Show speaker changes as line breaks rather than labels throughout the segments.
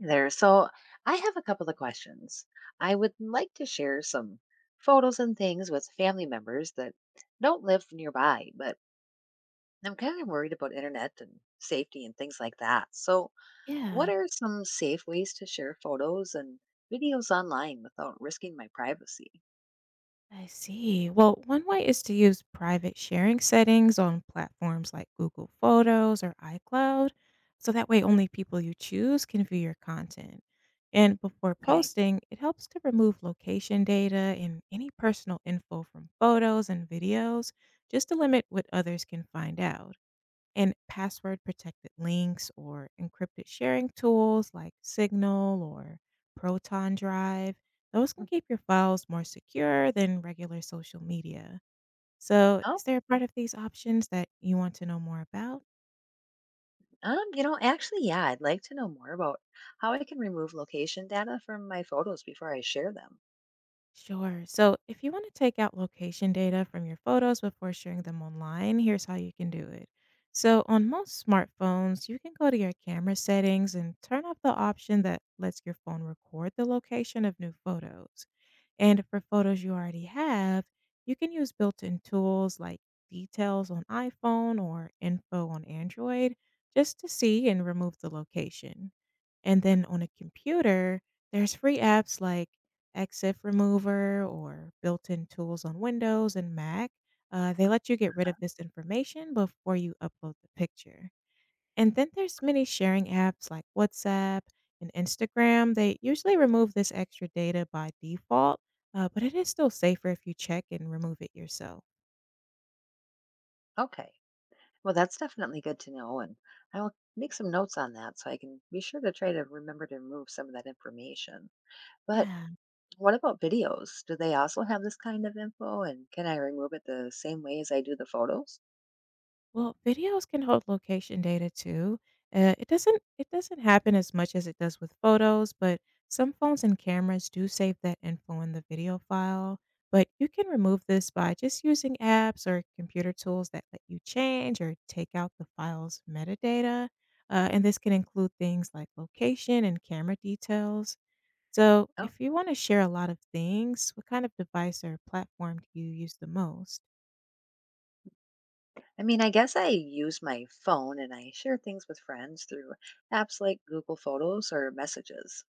There. So I have a couple of questions. I would like to share some photos and things with family members that don't live nearby, but I'm kind of worried about internet and safety and things like that. So, what
Yeah,
are some safe ways to share photos and videos online without risking my privacy?
I see. Well, one way is to use private sharing settings on platforms like Google Photos or iCloud. So that way, only people you choose can view your content. And before
Okay.
posting, it helps to remove location data and any personal info from photos and videos just to limit what others can find out. And password protected links or encrypted sharing tools like Signal or Proton Drive. Those can keep your files more secure than regular social media. So, is
Oh,
there a part
okay.
of these options that you want to know more about?
Actually, yeah, I'd like to know more about how I can remove location data from my photos before I share them.
Sure. So, if you want to take out location data from your photos before sharing them online, here's how you can do it. So, on most smartphones, you can go to your camera settings and turn off the option that lets your phone record the location of new photos. And for photos you already have, you can use built in tools like details on iPhone or info on Android just to see and remove the location. And then on a computer, there's free apps like EXIF Remover or built in tools on Windows and Mac. They let you get rid
Uh,
of this information before you upload the picture. And then there's many sharing apps like WhatsApp and Instagram. They usually remove this extra data by default, but it is still safer if you check and remove it yourself.
Okay. Well, that's definitely good to know. And I will make some notes on that so I can be sure to try to remember to remove some of that information. But
Yeah.
what about videos? Do they also have this kind of info? And can I remove it the same way as I do the photos?
Well, videos can hold location data too. It doesn't happen as much as it does with photos, but some phones and cameras do save that info in the video file. But you can remove this by just using apps or computer tools that let you change or take out the file's metadata. And this can include things like location and camera details. So,
Oh,
if you want to share a lot of things, what kind of device or platform do you use the most?
I mean, I guess I use my phone and I share things with friends through apps like Google Photos or messages.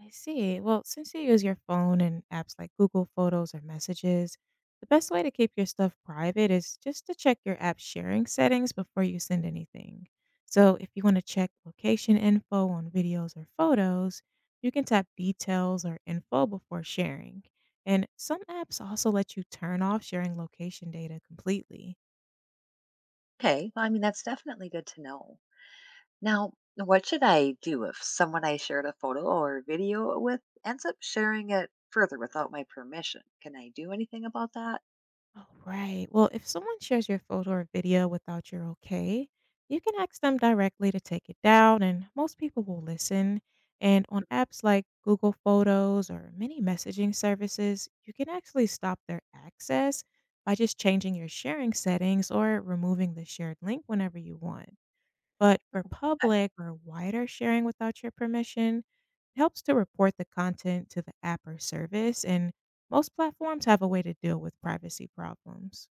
I see. Well, since you use your phone and apps like Google Photos or Messages, the best way to keep your stuff private is just to check your app sharing settings before you send anything. So, if you want to check location info on videos or photos, you can tap details or info before sharing. And some apps also let you turn off sharing location data completely.
Okay. Well, I mean, that's definitely good to know. Now, what should I do if someone I shared a photo or video with ends up sharing it further without my permission? Can I do anything about that?
Oh, right. Well, if someone shares your photo or video without your okay, you can ask them directly to take it down, and most people will listen. And on apps like Google Photos or many messaging services, you can actually stop their access by just changing your sharing settings or removing the shared link whenever you want. But for
I-
public or wider sharing without your permission, it helps to report the content to the app or service, and most platforms have a way to deal with privacy problems.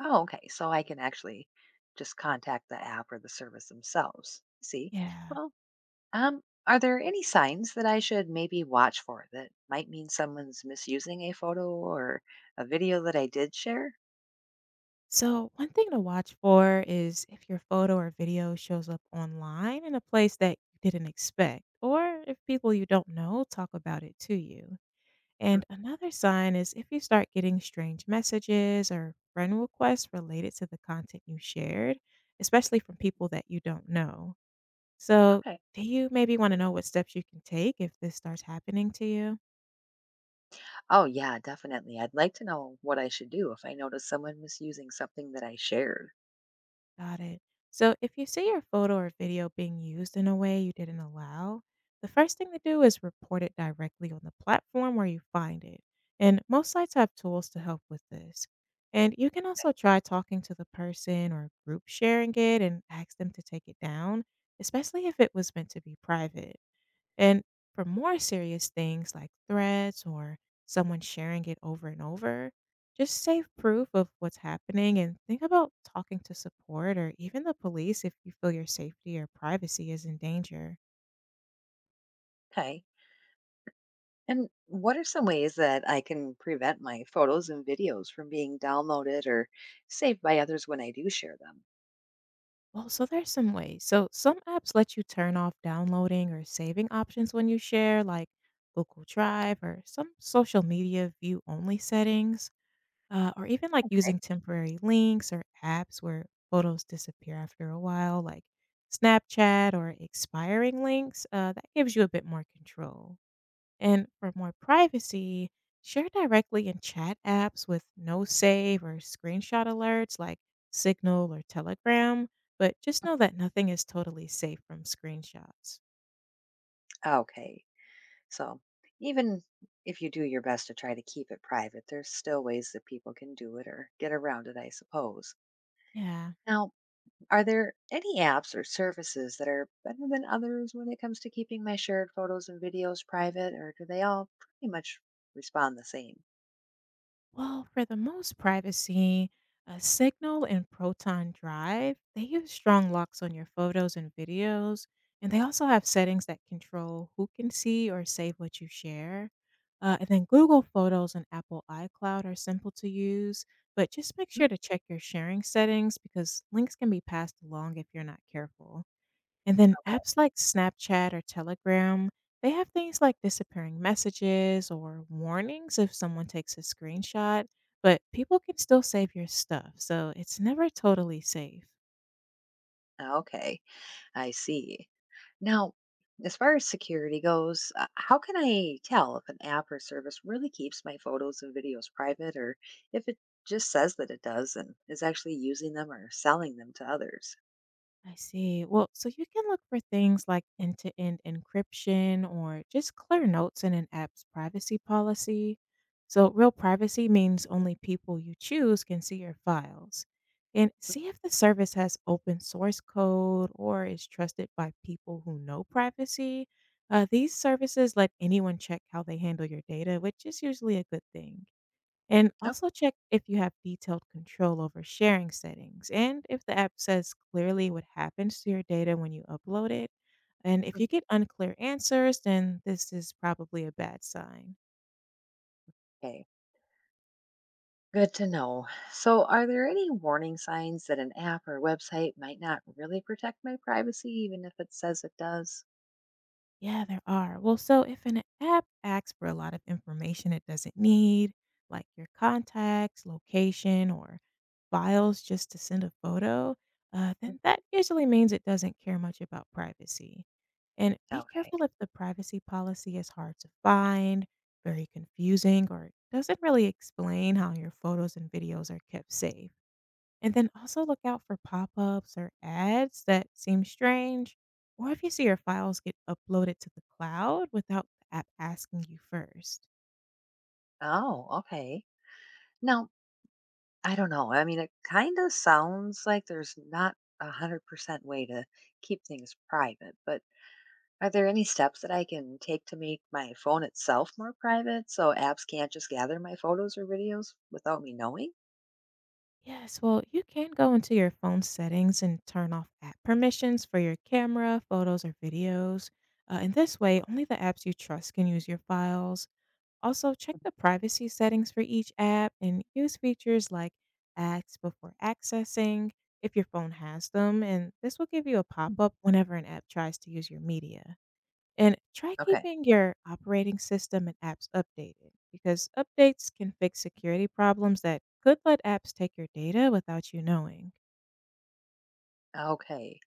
Oh, okay. So I can actually just contact the app or the service themselves. See?
Yeah.
Well, are there any signs that I should maybe watch for that might mean someone's misusing a photo or a video that I did share?
So, one thing to watch for is if your photo or video shows up online in a place that you didn't expect, or if people you don't know talk about it to you.
Mm.
And another sign is if you start getting strange messages or friend requests related to the content you shared, especially from people that you don't know. So,
Okay.
do you maybe want to know what steps you can take if this starts happening to you?
Oh, yeah, definitely. I'd like to know what I should do if I notice someone misusing something that I shared.
Got it. So if you see your photo or video being used in a way you didn't allow, the first thing to do is report it directly on the platform where you find it. And most sites have tools to help with this. And you can also try talking to the person or group sharing it and ask them to take it down, especially if it was meant to be private. And for more serious things like threats or someone sharing it over and over, just save proof of what's happening and think about talking to support or even the police if you feel your safety or privacy is in danger.
Okay. And what are some ways that I can prevent my photos and videos from being downloaded or saved by others when I do share them?
Well, so there's some ways. So some apps let you turn off downloading or saving options when you share, like Google Drive or some social media view only settings. Or even like using
Okay.
temporary links or apps where photos disappear after a while, like Snapchat or expiring links, that gives you a bit more control. And for more privacy, share directly in chat apps with no save or screenshot alerts like Signal or Telegram, but just know that nothing is totally safe from screenshots.
Okay. So even if you do your best to try to keep it private, there's still ways that people can do it or get around it, I suppose.
Yeah.
Now, are there any apps or services that are better than others when it comes to keeping my shared photos and videos private, or do they all pretty much respond the same?
Well, for the most privacy, Signal and Proton Drive, they use strong locks on your photos and videos, and they also have settings that control who can see or save what you share. And then Google Photos and Apple iCloud are simple to use, but just make sure
Mm.
to check your sharing settings because links can be passed along if you're not careful. And then
Okay.
apps like Snapchat or Telegram, they have things like disappearing messages or warnings if someone takes a screenshot, but people can still save your stuff, so it's never totally safe.
Okay. I see. Now, as far as security goes, how can I tell if an app or service really keeps my photos and videos private or if it just says that it does and is actually using them or selling them to others?
I see. Well, so you can look for things like end to end encryption or just clear notes in an app's privacy policy. So, real privacy means only people you choose can see your files. And see if the service has open source code or is trusted by people who know privacy. These services let anyone check how they handle your data, which is usually a good thing. And
Nope.
also check if you have detailed control over sharing settings and if the app says clearly what happens to your data when you upload it. And if you get unclear answers, then this is probably a bad sign.
Okay, good to know. So, are there any warning signs that an app or website might not really protect my privacy, even if it says it does?
Yeah, there are. Well, so if an app asks for a lot of information it doesn't need, like your contacts, location, or files just to send a photo, then that usually means it doesn't care much about privacy. And be
Okay.
careful if the privacy policy is hard to find, very confusing, or doesn't really explain how your photos and videos are kept safe. And then also look out for pop-ups or ads that seem strange, or if you see your files get uploaded to the cloud without the app asking you first.
Oh, okay. Now, I don't know. I mean, it kind of sounds like there's not a 100% way to keep things private, but are there any steps that I can take to make my phone itself more private so apps can't just gather my photos or videos without me knowing?
Yes, well, you can go into your phone settings and turn off app permissions for your camera, photos, or videos. And this way, only the apps you trust can use your files. Also, check the privacy settings for each app and use features like ask before accessing if your phone has them, and this will give you a pop up whenever an app tries to use your media. And try
Okay.
keeping your operating system and apps updated because updates can fix security problems that could let apps take your data without you knowing.
Okay.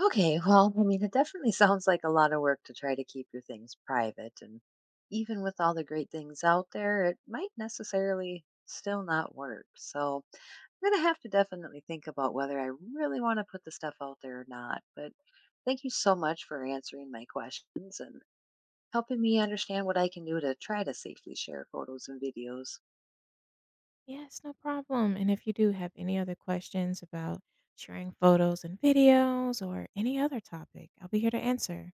Okay. Well, I mean, it definitely sounds like a lot of work to try to keep your things private. And even with all the great things out there, it might necessarily still not work. So, I'm gonna have to definitely think about whether I really want to put the stuff out there or not. But thank you so much for answering my questions and helping me understand what I can do to try to safely share photos and videos.
Yes, no problem. And if you do have any other questions about sharing photos and videos or any other topic, I'll be here to answer.